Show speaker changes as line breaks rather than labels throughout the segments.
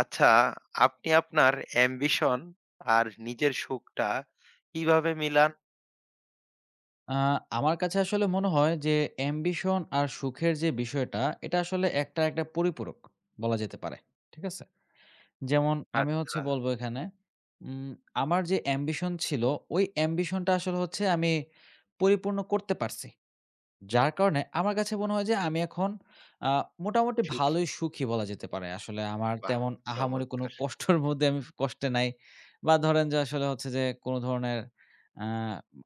আচ্ছা, আপনি আপনার অ্যাম্বিশন আর নিজের সুখটা কিভাবে মিলান?
আ আমার কাছে আসলে মনে হয় যে অ্যাম্বিশন আর সুখের যে বিষয়টা, এটা আসলে একটা পরিপূরক বলা যেতে পারে। ঠিক আছে? যেমন আমি হচ্ছে
আচ্ছা।
বলব এখানে উম আমার যে অ্যাম্বিশন ছিল, ওই অ্যাম্বিশনটা আসলে হচ্ছে আমি পরিপূর্ণ করতে পারছি। যার কারণে আমার কাছে মনে হয় যে আমি এখন আ মোটামুটি
সুখী
ভালোই সুখী বলা যেতে পারে। আসলে আমার
বাহ!
তেমন আহামরি কোনো
চমৎকার।
কষ্টর মধ্যে আমি কষ্টে নাই। বা ধরেন যে আসলে হচ্ছে যে কোনো ধরনের আ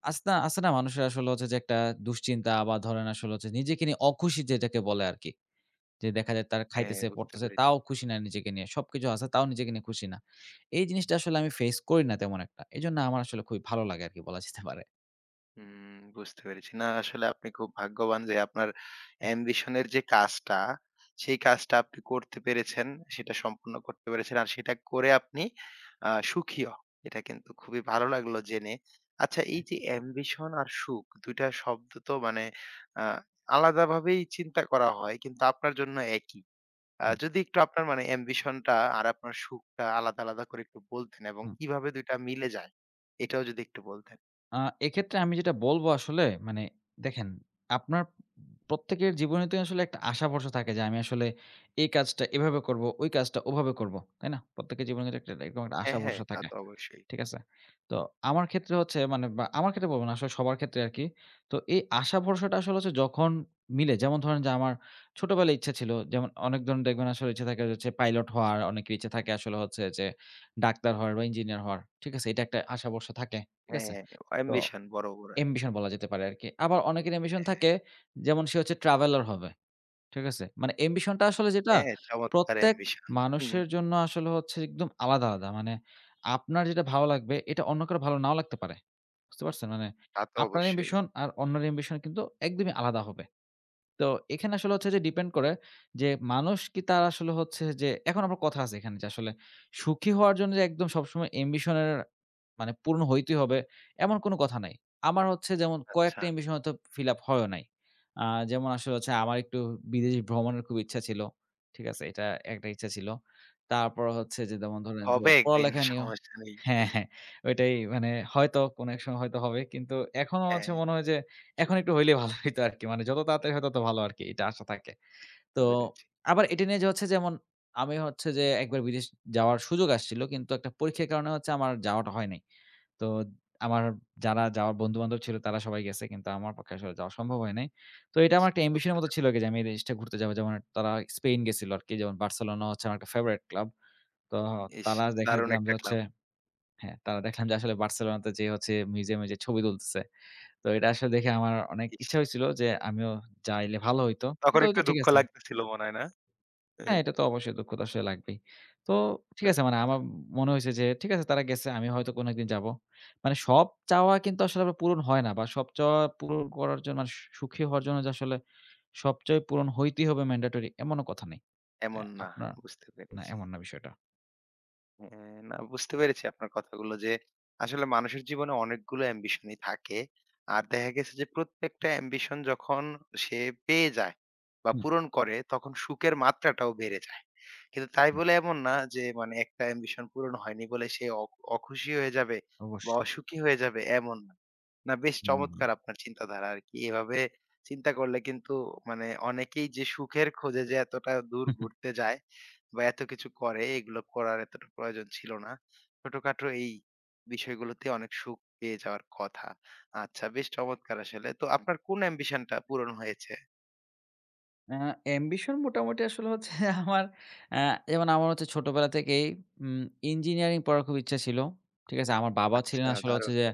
আছে না আছে না মানুষের আসলে হচ্ছে যে একটা দুশ্চিন্তা বা ধরেন আসলে হচ্ছে নিজেকে নিয়ে অখুশি যেটাকে বলে আরকি। যে দেখা যায় তারা
হ্যাঁ,
খাইতেছে,
বুঝতে
পড়তেছে
পেরেছি।
তাও খুশি না নিজেকে নিয়ে। সবকিছু আছে তাও নিজেকে নিয়ে খুশি না। এই জিনিসটা আসলে আমি ফেস করি না তেমন একটা। এজন্য আমার আসলে খুবই ভালো লাগে আরকি বলা যেতে পারে।
হুম, বুঝতে পেরেছি। না আসলে আপনি খুব ভাগ্যবান যে আপনার অ্যাম্বিশন এর যে কাজটা, সেই কাজটা আপনি করতে পেরেছেন, সেটা সম্পূর্ণ করতে পেরেছেন। আর সেটা করে আপনি সুখীও। এটা কিন্তু খুবই ভালো লাগলো জেনে। আচ্ছা এই
হ্যাঁ,
যে অ্যাম্বিশন আর সুখ ২ টা শব্দ তো মানে আ আলাদাভাবেই চিন্তা করা হয় কিন্তু আপনার জন্য একই।
হুম।
যদি একটু আপনার মানে অ্যাম্বিশনটা আর আপনার সুখটা আলাদা, আলাদা করে একটু বলতেন এবং
হুম।
কিভাবে ২ টা মিলে যায়? এটাও যদি একটু বলতেন।
আ এক্ষেত্রে আমি যেটা বলব আসলে মানে দেখেন আপনার প্রত্যেকের জীবনে তো আসলে একটা আশা ভরসা থাকে যে আমি আসলে এই কাজটা এভাবে করব, ওই কাজটা ওভাবে করব। তাই না? প্রত্যেকের জীবনে কিন্তু এরকম একটা আশা
হ্যাঁ, হ্যাঁ,
ভরসা
তা
থাকে।
তো অবশ্যই।
ঠিক আছে? তো আমার ক্ষেত্রে হচ্ছে মানে বা আমার ক্ষেত্রে বলব না আসলে সবার ক্ষেত্রে আরকি। তো এই আশা ভরসাটা আসলে হচ্ছে যখন মিলে যেমন ধরেন যে আমার ছোটবেলায় ইচ্ছা ছিল যেমন অনেক ধরনের দেখবেন আসলে ইচ্ছা থাকে হচ্ছে পাইলট হওয়ার, অনেকের ইচ্ছা থাকে আসলে হচ্ছে যে ডাক্তার হওয়ার বা ইঞ্জিনিয়ার হওয়ার। ঠিক আছে? এটা একটা আশা ভরসা থাকে। ঠিক আছে?
হ্যাঁ,
তো
অ্যাম্বিশন বড়, বড় এক
অ্যাম্বিশন বলা যেতে পারে আরকি। আবার অনেকের অ্যাম্বিশন থাকে যেমন সে হচ্ছে ট্রাভেলার হবে। ঠিক আছে? মানে অ্যাম্বিশনটা আসলে যেটা
হ্যাঁ, চমৎকার
প্রত্যেক
অ্যাম্বিশন। হুম,
মানুষের জন্য আসলে হচ্ছে একদম আলাদা, আলাদা। মানে আপনার যেটা ভালো লাগবে এটা অন্য কারো ভালো নাও লাগতে পারে। বুঝতে পারছেন? মানে
তা তো
আপনার
অবশ্যই।
অ্যাম্বিশন আর অন্যের অ্যাম্বিশন কিন্তু একদমই আলাদা হবে। তো এখানে আসলে হচ্ছে যে ডিপেন্ড করে যে মানুষ কি তার আসলে হচ্ছে যে এখন আমার কথা আছে এখানে যে আসলে সুখী হওয়ার জন্য যে একদম সবসময় অ্যাম্বিশন এর মানে পূরণ হইতেই হবে এমন কোনো কথা নাই। আমার হচ্ছে যেমন
আচ্ছা,
কয়েকটা অ্যাম্বিশন হয়তো ফিল আপ হয়ও নাই। আ যেমন আসলে হচ্ছে আমার একটু বিদেশ ভ্রমণের খুব ইচ্ছা ছিল। ঠিক আছে? এটা একটা ইচ্ছা ছিল। তারপর হচ্ছে যে যেমন ধরেন যে
হবে একদিন
পড়ালেখা নিয়েও
সমস্যা নেই।
হ্যাঁ,
হুম,
হ্যাঁ। ওইটাই মানে হয়তো কোনো এক সময় হয়তো হবে। কিন্তু এখনো হচ্ছে
হ্যাঁ,
মনে হয় যে এখন একটু হইলেই ভালো হইতো আরকি। মানে যত তাড়াতাড়ি হয় তত ভালো আরকি। এটা আশা থাকে। তো
বুঝতে পেরেছি।
আবার এটা নিয়ে যে হচ্ছে যেমন আমি হচ্ছে যে একবার বিদেশ যাওয়ার সুযোগ আসছিল। কিন্তু একটা পরীক্ষার কারণে হচ্ছে আমার যাওয়াটা হয় নাই। তো আমার যারা যাওয়ার বন্ধু-বান্ধব ছিল তারা সবাই গেছে। কিন্তু আমার পক্ষে আসলে যাওয়া সম্ভব হয় নাই। তো এটা
ইস,
আমার একটা অ্যাম্বিশন এর মতো ছিল
দুঃখজনক।
যে আমি এই দেশটা ঘুরতে যাবো। যেমন তারা স্পেন গেছিল আরকি। যেমন বার্সেলোনা হচ্ছে আমার একটা ফেভারাইট ক্লাব। তো
ইস!
তারা
দারুণ
দেখলাম যে
একটা
হচ্ছে
ক্লাব।
হ্যাঁ, তারা দেখলাম যে আসলে বার্সেলোনাতে যেয়ে হচ্ছে মিউজিয়ামে যেয়ে ছবি তুলতেছে। তো এটা আসলে দেখে আমার অনেক
ইস!
ইচ্ছা হইছিল যে আমিও যাইলে ভালো হইতো।
তখন
কিন্তু ওই
একটু
তো ঠিক
দুঃখ
আছে।
লাগতেছিল মনে হয় না?
হ্যাঁ,
হ্যাঁ,
এটা তো অবশ্যই দক্ষতা আসলে লাগবেই। তো ঠিক আছে
সত্যি
মানে
কথা।
আমার মনে হইছে যে ঠিক আছে তারা গেছে আমি হয়তো কোনো একদিন যাবো। মানে সব চাওয়া কিন্তু আসলে আবার পূরণ হয় না বা সব চাওয়া পূরণ করার জন্য মানে সুখী হওয়ার জন্য যে আসলে সব চাওয়া পূরণ হইতেই হবে ম্যান্ডেটরি এমনও কথা নেই। অ্যা
এমন না,
আপনার
বুঝতে
না
পেরেছি।
এমন না বিষয়টা।
হ্যাঁ, না বুঝতে পেরেছি আপনার কথাগুলো যে আসলে মানুষের জীবনে অনেকগুলো অ্যাম্বিশনই থাকে। আর দেখা গেছে যে প্রত্যেকটা অ্যাম্বিশন যখন সে পেয়ে যায় বা
হুম,
পূরণ করে তখন সুখের মাত্রাটাও বেড়ে যায়। কিন্তু তাই
হুম।
বলে এমন না যে মানে একটা অ্যাম্বিশন পূরণ হয়নি বলে সে অখুশি হয়ে যাবে বা
অবশ্যই।
অসুখী হয়ে যাবে এমন না। না বেশ
হুম,
চমৎকার আপনার চিন্তাধারা আরকি। এভাবে চিন্তা করলে কিন্তু মানে অনেকেই যে সুখের খোঁজে যে এতটা দূর
হুম।
ঘুরতে যায় বা এত কিছু করে এগুলো করার এতটা প্রয়োজন ছিল না। ছোটখাটো এই বিষয়গুলোতে অনেক সুখ পেয়ে যাওয়ার কথা। আচ্ছা বেশ চমৎকার আসলে। তো আপনার কোন অ্যাম্বিশন টা পূরণ হয়েছে?
আ অ্যাম্বিশন মোটামুটি আসলে হচ্ছে আমার আ যেমন আমার হচ্ছে ছোটবেলা থেকেই উম ইঞ্জিনিয়ারিং পড়ার খুব ইচ্ছা ছিল। ঠিক আছে? আমার বাবা ছিলেন
আচ্ছা
আসলে হচ্ছে
দারুণ।
যে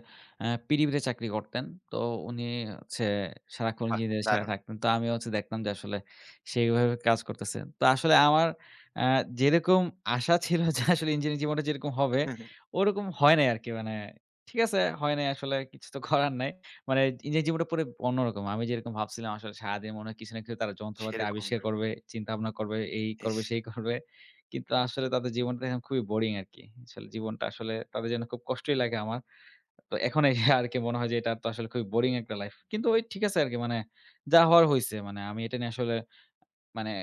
পিডিবিতে চাকরি করতেন। তো উনি হচ্ছে সারাক্ষণ
বাহ!
ইঞ্জিনিয়ারের সাথে
দারুণ।
থাকতেন। তো আমি হচ্ছে দেখতাম যে আসলে সে এভাবে কাজ করতেছে। তো আসলে আমার আ যেরকম আশা ছিল যে আসলে ইঞ্জিনিয়ারিং জীবনটা যেরকম হবে, ওরকম হয় নাই আরকি। মানে ঠিক আছে, হয় নাই আসলে কিছু তো করার নাই। মানে নিজের জীবনটা পুরো অন্যরকম। আমি যেরকম ভাবছিলাম আসলে সারাদিন মনে হয় কিছু না কিছু তারা যন্ত্রপাতি
সেরকম
আবিষ্কার
না।
করবে, চিন্তাভাবনা করবে, এই
ইস!
করবে, সেই করবে। কিন্তু আসলে তাদের জীবনটা এখন খুবই বোরিং আরকি। আসলে জীবনটা আসলে তাদের জন্য খুব কষ্টই লাগে আমার। তো এখন এসে আরকি মনে হয় যে এটা তো আসলে খুবই বোরিং একটা লাইফ। কিন্তু ওই ঠিক আছে আরকি মানে যা হওয়ার হইছে। মানে আমি এটা নিয়ে আসলে মানে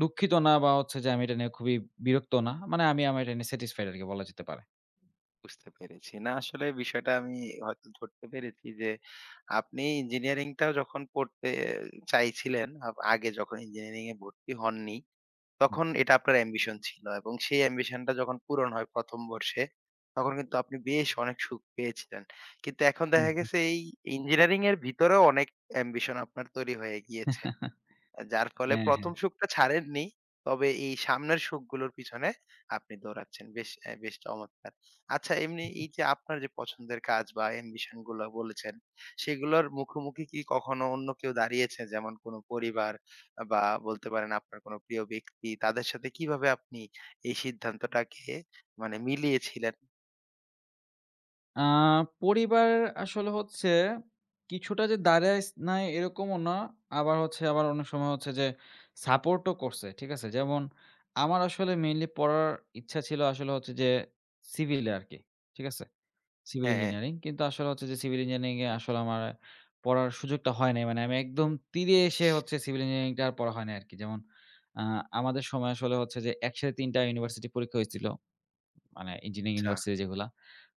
দুঃখিত না বা হচ্ছে যে আমি এটা নিয়ে খুবই বিরক্ত না। মানে আমি আমার এটা নিয়ে স্যাটিসফাইড আরকি বলা যেতে পারে।
বুঝতে পেরেছি। না আসলে বিষয়টা আমি হয়তো ধরতে পেরেছি যে আপনি ইঞ্জিনিয়ারিং টাও যখন পড়তে চাইছিলেন আগে যখন ইঞ্জিনিয়ারিং এ ভর্তি হননি
হুম,
তখন এটা আপনার অ্যাম্বিশন ছিল এবং সেই অ্যাম্বিশনটা যখন পূরণ হয় ১ম বর্ষে, তখন কিন্তু আপনি বেশ অনেক সুখ পেয়েছিলেন। কিন্তু এখন
হুম,
দেখা গেছে এই ইঞ্জিনিয়ারিং এর ভিতরেও অনেক অ্যাম্বিশন আপনার তৈরি হয়ে গিয়েছে।
হুম।
যার ফলে
হ্যাঁ, হ্যাঁ।
১ম সুখটা ছাড়েননি। তবে এই সামনের সুখগুলোর পিছনে আপনি দৌড়াচ্ছেন। বেশ বেশ চমৎকার। আচ্ছা এমনি এই যে আপনার যে পছন্দের কাজ বা অ্যাম্বিশন গুলো বলেছেন, সেগুলোর মুখোমুখি কি কখনো অন্য কেউ দাঁড়িয়েছে? যেমন কোনো পরিবার বা বলতে পারেন আপনার কোনো প্রিয় ব্যক্তি, তাদের সাথে কিভাবে আপনি এই সিদ্ধান্তটাকে মানে মিলিয়েছিলেন?
আ পরিবার আসলে হচ্ছে কিছুটা যে দাঁড়ায় স নাই এরকমও না। আবার অনেক সময় হচ্ছে যে সাপোর্টও করছে। ঠিক আছে? যেমন আমার আসলে মেইনলি পড়ার ইচ্ছা ছিল আসলে হচ্ছে যে সিভিলে আরকি। ঠিক আছে? সিভিল
হ্যাঁ,
ইঞ্জিনিয়ারিং। কিন্তু আসলে হচ্ছে যে সিভিল ইঞ্জিনিয়ারিং এ আসলে আমার পড়ার সুযোগটা হয় নাই। মানে আমি একদম তীরে এসে হচ্ছে সিভিল ইঞ্জিনিয়ারিংটা আর পড়া হয় নাই আরকি। যেমন আ আমাদের সময় আসলে হচ্ছে যে একসাথে ৩ টা ইউনিভার্সিটি পরীক্ষা হয়েছিল। মানে ইঞ্জিনিয়ারিং
আচ্ছা।
ইউনিভার্সিটি যেগুলা।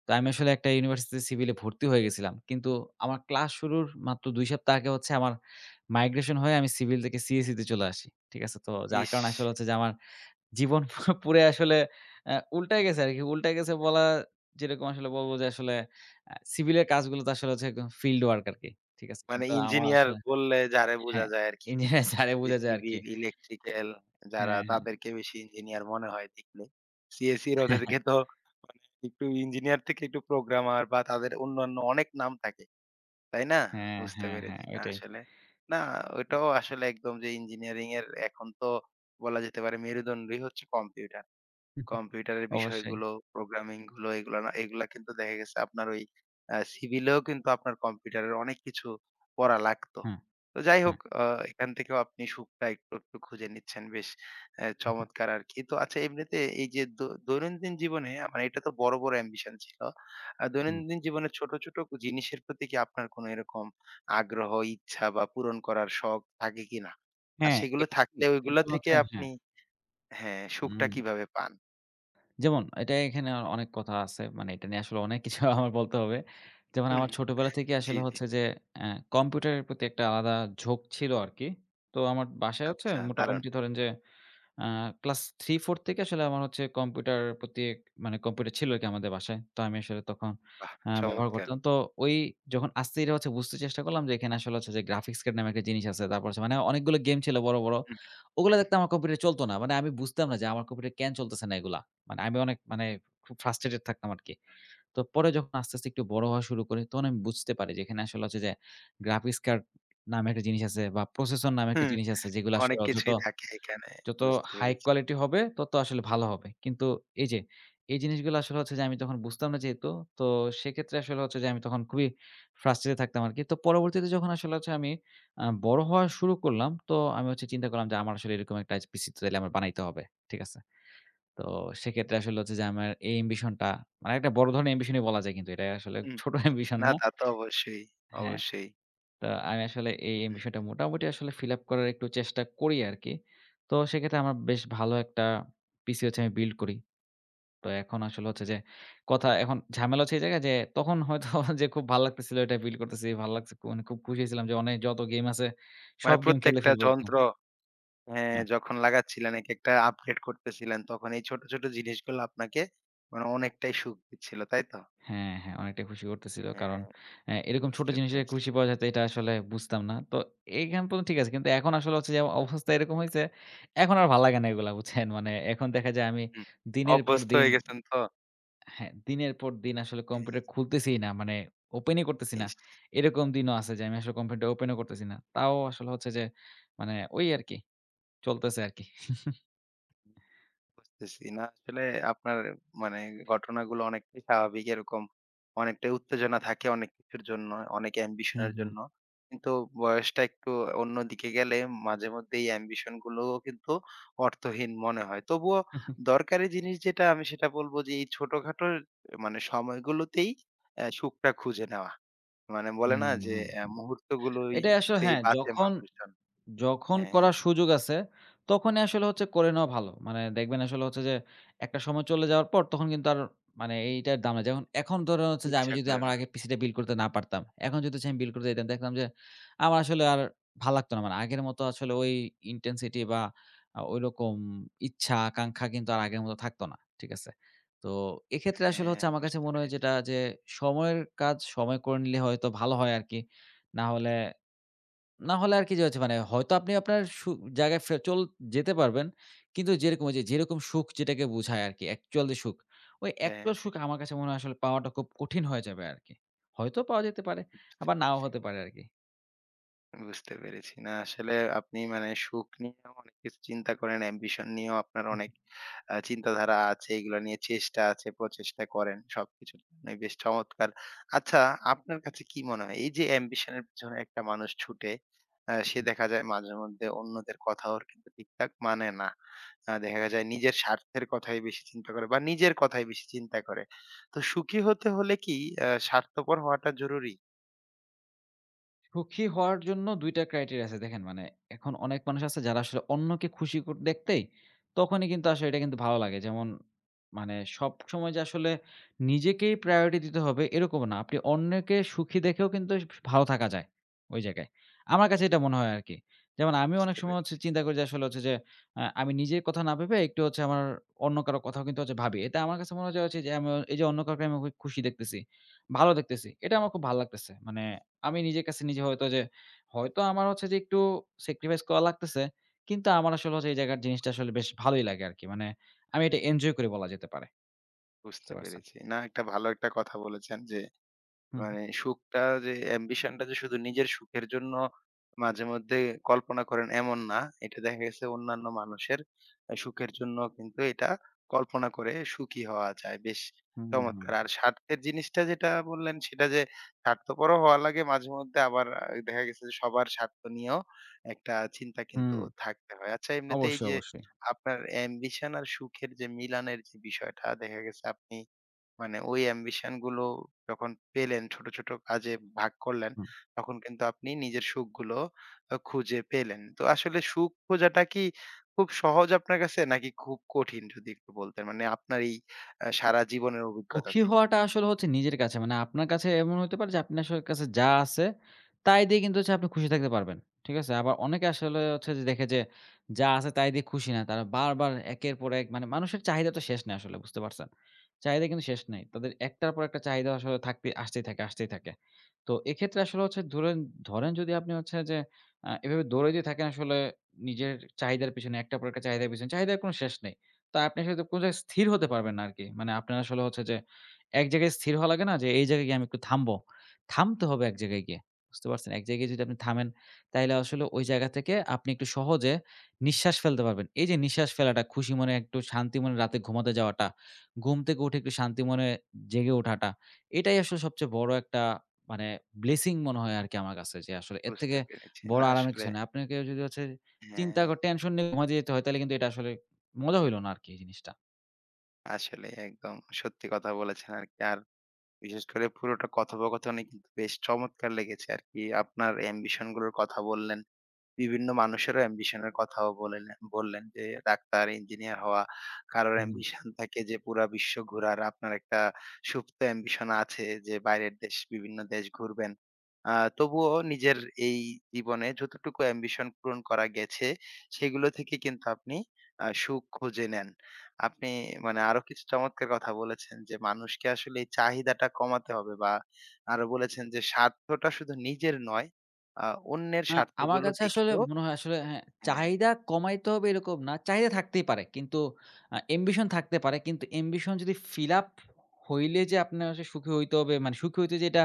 তো আমি আসলে একটা ইউনিভার্সিটিতে সিভিলে ভর্তি হয়ে গেছিলাম। কিন্তু আমার ক্লাস শুরুর মাত্র ২ সপ্তাহ আগে হচ্ছে আমার মাইগ্রেশন হয়ে আমি সিভিল থেকে সিএসই তে চলে আসি। ঠিক আছে? তো যার
ইস!
কারণে আসলে হচ্ছে যে আমার জীবন পুরাই আসলে উল্টায় গেছে আরকি। উল্টায় গেছে বলা যেরকম আসলে বলব যে আসলে সিভিলের কাজগুলো তো আসলে হচ্ছে একদম ফিল্ড ওয়ার্ক আরকি। ঠিক আছে?
মানে
কিন্তু আমার
ইঞ্জিনিয়ার
আসলে
বললে যারে বোঝা
হ্যাঁ,
যায় আরকি।
ইঞ্জিনিয়ার ছাড়াই
যে
বোঝা যায় আরকি।
সিভিল, ইলেকট্রিক্যাল যারা
হ্যাঁ, হ্যাঁ।
তাদেরকে বেশি ইঞ্জিনিয়ার মনে হয় দেখলে। সিএসির ওদেরকে তো একটু ইঞ্জিনিয়ার থেকে একটু প্রোগ্রামার বা তাদের অন্যান্য অনেক নাম থাকে। তাই না?
হ্যাঁ,
বুঝতে
হ্যাঁ, হ্যাঁ,
পেরেছি। না
ওইটাই।
আসলে না ওটাও আসলে একদম যে ইঞ্জিনিয়ারিং এর এখন তো বলা যেতে পারে মেরুদণ্ডই হচ্ছে কম্পিউটার। কম্পিউটারের
অবশ্যই।
বিষয়গুলো, প্রোগ্রামিং গুলো এগুলো না এগুলা কিন্তু দেখা গেছে আপনার ওই সিভিলেও কিন্তু আপনার কম্পিউটারের অনেক কিছু পড়া লাগতো।
হ্যাঁ,
তো যাই
হ্যাঁ।
হোক এখান থেকেও আপনি সুখটা একটু, একটু খুঁজে নিচ্ছেন। বেশ
হুম,
চমৎকার আরকি। তো আচ্ছা এমনিতে এই যে দৈনন্দিন জীবনে মানে এটা তো বড়, বড় অ্যাম্বিশন ছিল।
হুম।
দৈনন্দিন জীবনে ছোট, ছোট জিনিসের প্রতি কি আপনার কোনো এরকম আগ্রহ, ইচ্ছা বা পূরণ করার শখ থাকে কিনা? আর
হ্যাঁ, এ
সেগুলো থাকলে ওইগুলা
কিন্তু
থেকে
হচ্ছে হ্যাঁ।
আপনি হ্যাঁ, সুখটা
হুম,
কিভাবে পান?
যেমন এটা এখানে অ অনেক কথা আছে। মানে এটা নিয়ে আসলে অনেক কিছু আমার বলতে হবে। যেমন আমার ছোটবেলা থেকে
জি,
আসলে
জি।
হচ্ছে যে অ্যা কম্পিউটারের প্রতি একটা আলাদা ঝোঁক ছিল আরকি। তো আমার বাসায় হচ্ছে
আচ্ছা দারুণ!
মোটামুটি ধরেন যে আ ক্লাস 3-4 থেকে আসলে আমার হচ্ছে কম্পিউটার প্রতি এক- মানে কম্পিউটার ছিল আরকি আমাদের বাসায়। তো আমি আসলে তখন
বাহ!
ব্যবহার
চমৎকার।
করতাম। তো ওই যখন আস্তে ধীরে হচ্ছে বুঝতে চেষ্টা করলাম যে এখানে আসলে হচ্ছে যে গ্রাফিক্স কার্ড নামে একটা জিনিস আছে। তারপর হচ্ছে মানে অনেকগুলো গেম ছিল বড়, বড়।
হুম,
ওগুলা দেখতে আমার কম্পিউটারে চলত না। মানে আমি বুঝতাম না যে আমার কম্পিউটারে কেন চলতেছে না এগুলা। মানে আমি অনেক মানে খুব ফ্রাস্ট্রেটেড থাকতাম আরকি। তো পরে যখন আস্তে, আস্তে একটু বড় হওয়া শুরু করি তখন আমি বুঝতে পারি যে এখানে আসলে হচ্ছে যে গ্রাফিক্স কার্ড নামে একটা জিনিস আছে বা প্রসেসর নামে একটা
হুম।
জিনিস আছে যেগুলো আসলে
অনেক
যত
কিছুই থাকে এখানে।
যত
বুঝতে
হাই
পেরেছি।
কোয়ালিটি হবে তত আসলে ভালো হবে। কিন্তু এই যে এই জিনিসগুলো আসলে হচ্ছে যে আমি তখন বুঝতাম না যেহেতু, তো সেক্ষেত্রে আসলে হচ্ছে যে আমি তখন খুবই ফ্রাস্ট্রেটেড থাকতাম আরকি। তো পরবর্তীতে যখন আসলে হচ্ছে আমি বড় হওয়া শুরু করলাম, তো আমি হচ্ছে চিন্তা করলাম যে আমার আসলে এরকম একটা পিসি তো তাইলে আমার বানাইতে হবে। ঠিক আছে? তো সেক্ষেত্রে আসলে হচ্ছে যে আমার এই অ্যাম্বিশনটা মানে একটা বড় ধরনের অ্যাম্বিশনই বলা যায় কিন্তু এটা আসলে
হুম।
ছোট অ্যাম্বিশন
না
না।
তা তো অবশ্যই,
হ্যাঁ।
অবশ্যই।
তো আমি আসলে এই বিষয়টা
হুম।
মোটামুটি আসলে ফিল আপ করার একটু চেষ্টা করি আরকি। তো সেক্ষেত্রে আমার বেশ ভালো একটা পিসি হচ্ছে আমি বিল্ড করি। তো এখন আসলে হচ্ছে যে কথা এখন ঝামেলা হচ্ছে এই জায়গায় যে তখন হয়তো যে খুব ভাল লাগতেছিল এটা বিল্ড করতেছি। ভালো লাগছে খুব- মানে খুব খুশি ছিলাম যে অনেক যত গেম আছে
মানে
সব গেম খেলে
প্রত্যেকটা
ফেলবো একদম।
যন্ত্র হ্যাঁ, যখন লাগাচ্ছিলেন একেকটা আপডেট করতেছিলেন তখন এই ছোট, ছোট জিনিসগুলো আপনাকে মানে অনেকটাই সুখ দিচ্ছিল, তাই তো?
হ্যাঁ, হ্যাঁ, অনেকটাই খুশি করতেছিল। কারণ
হ্যাঁ,
অ্যা এরকম ছোট
বুঝতে
জিনিসে
পেরেছি।
খুশি পাওয়া যেত এটা আসলে বুঝতাম না। তো এইখান পর্যন্ত ঠিক আছে। কিন্তু এখন আসলে হচ্ছে যে অবস্থা এরকম হইছে, এখন আর ভাল লাগে না এগুলা বুঝছেন? মানে এখন দেখা যায় আমি
হুম।
দিনের পর
অভ্যস্ত
দিন
হয়ে গেছেন তো?
হ্যাঁ, দিনের পর দিন আসলে
হ্যাঁ,
কম্পিউটার খুলতেছিই না। মানে ওপেনই করতেছি না।
ইস!
এরকম দিনও আছে যে আমি আসলে কম্পিউটার ওপেনও করতেছি না। তাও আসলে হচ্ছে যে মানে ওই আরকি চলতেছে আরকি।
বুঝতেছি। না আসলে আপনার মানে ঘটনাগুলো অনেকটাই স্বাভাবিক এরকম। অনেকটাই উত্তেজনা থাকে অনেক কিছুর জন্য, অনেক ambition
হুম,
এর
হুম।
জন্য। কিন্তু বয়সটা একটু অন্যদিকে গেলে মাঝে মধ্যে এই ambition গুলোও কিন্তু অর্থহীন মনে হয়। তবুও দরকারি জিনিস যেটা আমি সেটা বলবো যে এই ছোটখাটো মানে সময়গুলোতেই সুখটা খুঁজে নেওয়া। মানে বলে না
হুম,
যে
হুম, হুম। এটাই আসলে
মুহূর্তগুলোইতেই
হ্যাঁ,
বাঁচে
যখন
মানুষজন।
যখন
হ্যাঁ,
করার সুযোগ আছে, তখনই আসলে হচ্ছে করে নেওয়া ভালো। মানে দেখবেন আসলে হচ্ছে যে, একটা সময় চলে যাওয়ার পর তখন কিন্তু আর মানে এইটার দাম নাই। যেমন এখন ধরেন হচ্ছে যে, আমি
ইচ্ছা
যদি
করে
আমার
না।
আগের পিসিটা বিল্ড করতে না পারতাম, এখন যদি হচ্ছে আমি বিল্ড করতে যেতাম, দেখতাম যে আমার আসলে আর ভাল লাগতো না। মানে আগের মতো আসলে ওই ইনটেনসিটি বা ওইরকম ইচ্ছা, আকাঙ্ক্ষা কিন্তু আর আগের মতো থাকতো না। ঠিক আছে? তো এক্ষেত্রে আসলে
হ্যাঁ,
হচ্ছে আমার কাছে
বুঝতে
মনে হয়
পেরেছি।
যেটা যে, সময়ের কাজ সময় করে নিলে হয়তো ভালো হয় আরকি। না হলে না হলে আর কি যে হচ্ছে মানে হয়তো আপনি আপনার সু জায়গায় ফে চল যেতে পারবেন। কিন্তু যেরকম ওইযে যেরকম সুখ যেটাকে বোঝায় আরকি অ্যাকচুয়াল যে সুখ, ওই
হ্যাঁ।
অ্যাকচুয়াল সুখ আমার কাছে মনে হয় আসলে পাওয়াটা খুব কঠিন হয়ে যাবে আরকি। হয়তো পাওয়া যেতে পারে, আবার নাও হতে পারে আরকি।
বুঝতে পেরেছি। না আসলে আপনি মানে সুখ নিয়েও অনেক কিছু চিন্তা করেন, অ্যাম্বিশন নিয়েও আপনার অনেক চিন্তাধারা আছে। এগুলা নিয়ে চেষ্টা আছে, প্রচেষ্টা করেন। সবকিছুর জন্যই বেশ চমৎকার। আচ্ছা আপনার কাছে কি মনে হয় এই যে অ্যাম্বিশন এর পেছনে একটা মানুষ ছুটে, সে দেখা যায় মাঝেমধ্যে অন্যদের কথাও কিন্তু ঠিকঠাক মানে না। দেখা যায় নিজের স্বার্থের কথাই বেশি চিন্তা করে বা নিজের কথাই বেশি চিন্তা করে। তো সুখী হতে হলে কি স্বার্থপর হওয়াটা জরুরি?
সুখী হওয়ার জন্য ২ টা ক্রাইটেরিয়া আছে দেখেন মানে এখন অনেক মানুষ আছে যারা আসলে অন্যকে খুশি কর দেখতেই তখনই কিন্তু আসলে এটা কিন্তু ভালো লাগে। যেমন মানে সবসময় যে আসলে নিজেকেই প্রায়োরিটি দিতে হবে এরকম না। আপনি অন্যকে সুখী দেখেও কিন্তু স ভালো থাকা যায় ওই জায়গায়। আমার কাছে এটা মনে হয় আরকি। যেমন আমিও অনেক
বুঝতে
সময় হচ্ছে
পেরেছি।
চিন্তা করি যে আসলে হচ্ছে যে আমি নিজের কথা না ভেবে একটু হচ্ছে আমার অন্য কারো কথাও কিন্তু হচ্ছে ভাবি। এটা আমার কাছে মনে হয় যে হচ্ছে যে আমি এই যে অন্য কাউকে আমি খুশি দেখতেছি, ভালো দেখতেছি। এটা আমার খুব ভাল লাগতেছে। মানে আমি নিজের কাছে নিজে হয়তো যে, হয়তো আমার হচ্ছে যে একটু স্যাক্রিফাইস করা লাগতেছে। কিন্তু আমার আসলে হচ্ছে এই জায়গার জিনিসটা আসলে বেশ ভালোই লাগে আরকি। মানে আমি এটা এনজয় করি বলা যেতে পারে। বুঝতে
বুঝতে
পারছেন?
পেরেছি। না একটা ভালো একটা কথা বলেছেন যে
হুম,
মানে সুখটা যে অ্যাম্বিশনটা যে শুধু নিজের সুখের জন্য মাঝে মধ্যে কল্পনা করেন এমন না। এটা দেখা গেছে অন্যান্য মানুষের সুখের জন্য কিন্তু এটা কল্পনা করে সুখী হওয়া যায়। বেশ
হুম, হুম, হুম,
চমৎকার! আর স্বার্থের জিনিসটা যেটা বললেন সেটা যে স্বার্থপরও হওয়া লাগে মাঝে মধ্যে আবার দেখা গেছে যে সবার স্বার্থ নিয়েও একটা চিন্তা কিন্তু
হুম,
থাকতে হয়। আচ্ছা এমনিতে এই
অবশ্যই,
যে
অবশ্যই।
আপনার অ্যাম্বিশন আর সুখের যে মিলানের যে বিষয়টা দেখা গেছে আপনি মানে ওই অ্যাম্বিশন গুলো যখন পেলেন, ছোট, ছোট কাজে ভাগ করলেন,
হুম।
তখন কিন্তু আপনি নিজের সুখগুলো খুঁজে পেলেন। তো আসলে সুখ খোঁজাটা কি খুব সহজ আপনার কাছে নাকি খুব কঠিন? যদি একটু বলতেন। মানে আপনার এই সারা জীবনের অভিজ্ঞতা
সুখী
থেকে।
হওয়াটা আসলে হচ্ছে নিজের কাছে। মানে আপনার কাছে এমন হতে পারে যে আপনি আসলে কাছে যা আছে তাই দিয়ে কিন্তু হচ্ছে আপনি খুশি থাকতে পারবেন। ঠিক আছে? আবার অনেকে আসলে হচ্ছে যে দেখে যে যা আছে তাই দিয়ে খুশি না। তারা বারবার একের পর এক মানে মানুষের চাহিদা তো শেষ নেই আসলে বুঝতে পারছেন? চাহিদা কিন্তু শেষ নেই। তাদের একটার পর একটা চাহিদা আসলে থাকতে আসতেই থাকে, আসতেই থাকে। তো এক্ষেত্রে আসলে হচ্ছে ধরেন যদি আপনি হচ্ছে যে এভাবে দৌড়াইতে থাকেন আসলে নিজের চাহিদার পিছনে একটার পর একটা চাহিদার পিছনে, চাহিদার কোনো শেষ নেই। তো আপনি আসলে কোন জায়গায় স্থির হতে পারবেন না আরকি। মানে আপনার আসলে হচ্ছে যে এক জায়গায় স্থির হওয়া লাগে না যে, এই জায়গায় গিয়ে আমি একটু থামবো। থামতে হবে এক জায়গায় গিয়ে। বুঝতে পারছেন? এক জায়গায় যদি আপনি থামেন, তাইলে আসলে ওই জায়গা থেকে আপনি একটু সহজে নিঃশ্বাস ফেলতে পারবেন। এই যে নিঃশ্বাস ফেলাটা, খুশি মনে একটু শান্তি মনে রাতে ঘুমাতে যাওয়াটা, ঘুম থেকে উঠে একটু শান্তি মনে জেগে ওঠাটা, এটাই আসলে সবচেয়ে বড় একটা মানে ব্লেসিং মনে হয় আরকি আমার কাছে যে আসলে এর থেকে
বুঝতে পেরেছি।
বড়
না
আরামের কিছু
আসলে
নাই। আপনাকে যদি হচ্ছে চিন্তা
হ্যাঁ,
ক টেনশন নিয়ে ঘুমাতে যেতে হয়, তাহলে কিন্তু এটা আসলে মজা হইল না আরকি এই জিনিসটা।
আসলেই একদম সত্যি কথা বলেছেন আরকি। আর বিশেষ করে পুরোটা কথোপকথনই কিন্তু বেশ চমৎকার লেগেছে আরকি। আপনার অ্যাম্বিশন গুলোর কথা বললেন। বিভিন্ন মানুষেরও অ্যাম্বিশন এর কথাও বলেন বললেন যে ডাক্তার, ইঞ্জিনিয়ার হওয়া। কারোর অ্যাম্বিশন থাকে যে পুরা বিশ্ব ঘোরার। আপনার একটা সুপ্ত অ্যাম্বিশন আছে যে বাইরের দেশ বিভিন্ন দেশ ঘুরবেন। তবুও নিজের এই জীবনে যতটুকু অ্যাম্বিশন পূরণ করা গেছে সেগুলো থেকে কিন্তু আপনি সুখ খুঁজে নেন। আপনি মানে আরো কিছু চমৎকার কথা বলেছেন যে মানুষকে আসলে এই চাহিদাটা কমাতে হবে বা আরো বলেছেন যে স্বার্থটা শুধু নিজের নয় আ অন্যের
আ আমার
স্বার্থগুলো
কাছে আসলে
দেখেও
মনে হয় আসলে হ্যাঁ,
হ্যাঁ,
চাহিদা কমাইতে হবে এরকম না। চাহিদা থাকতেই পারে। কিন্তু ambition থাকতে পারে। কিন্তু ambition যদি fill up হইলে যে আপনার হচ্ছে সুখী হইতে হবে মানে সুখী হইতে যে এটা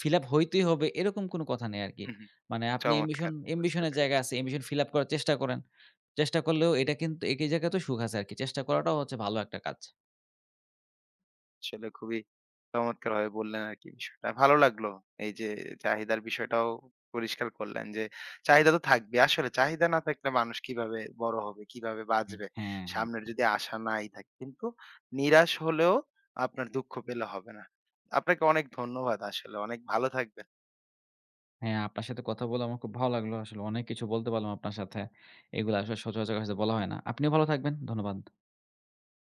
fill up হইতেই হবে এরকম কোনো কথা নেই আরকি।
হু, হু।
মানে আপনি ambition
চমৎকার!
ambition
বুঝতে
এর জায়গা
পেরেছি।
আছে। ambition fill up করার চেষ্টা করেন। চেষ্টা করলেও এটা কিন্তু একই জায়গাতেও সুখ আছে আরকি। চেষ্টা করাটাও হচ্ছে ভালো একটা কাজ।
আসলে খুবই চমৎকারভাবে বললেন আরকি বিষয়টা। ভালো লাগলো। এই যে চাহিদার বিষয়টাও পরিষ্কার করলেন যে চাহিদা তো থাকবে। আসলে চাহিদা না থাকলে মানুষ কিভাবে বড় হবে, কিভাবে
এক
বাঁচবে?
হ্যাঁ, হ্যাঁ।
সামনের যদি আশা নাই থাকে। কিন্তু নিরাশ হলেও আপনার দুঃখ পেলে হবে না। আপনাকে অনেক ধন্যবাদ আসলে। অনেক ভালো থাকবেন।
হ্যাঁ, আপনার সাথে কথা বলে আমার খুব ভালো লাগলো। আসলে অনেক কিছু বলতে পারলাম আপনার সাথে। এগুলো আসলে সচরাচর কাছে বলা হয় না। আপনিও ভালো থাকবেন। ধন্যবাদ।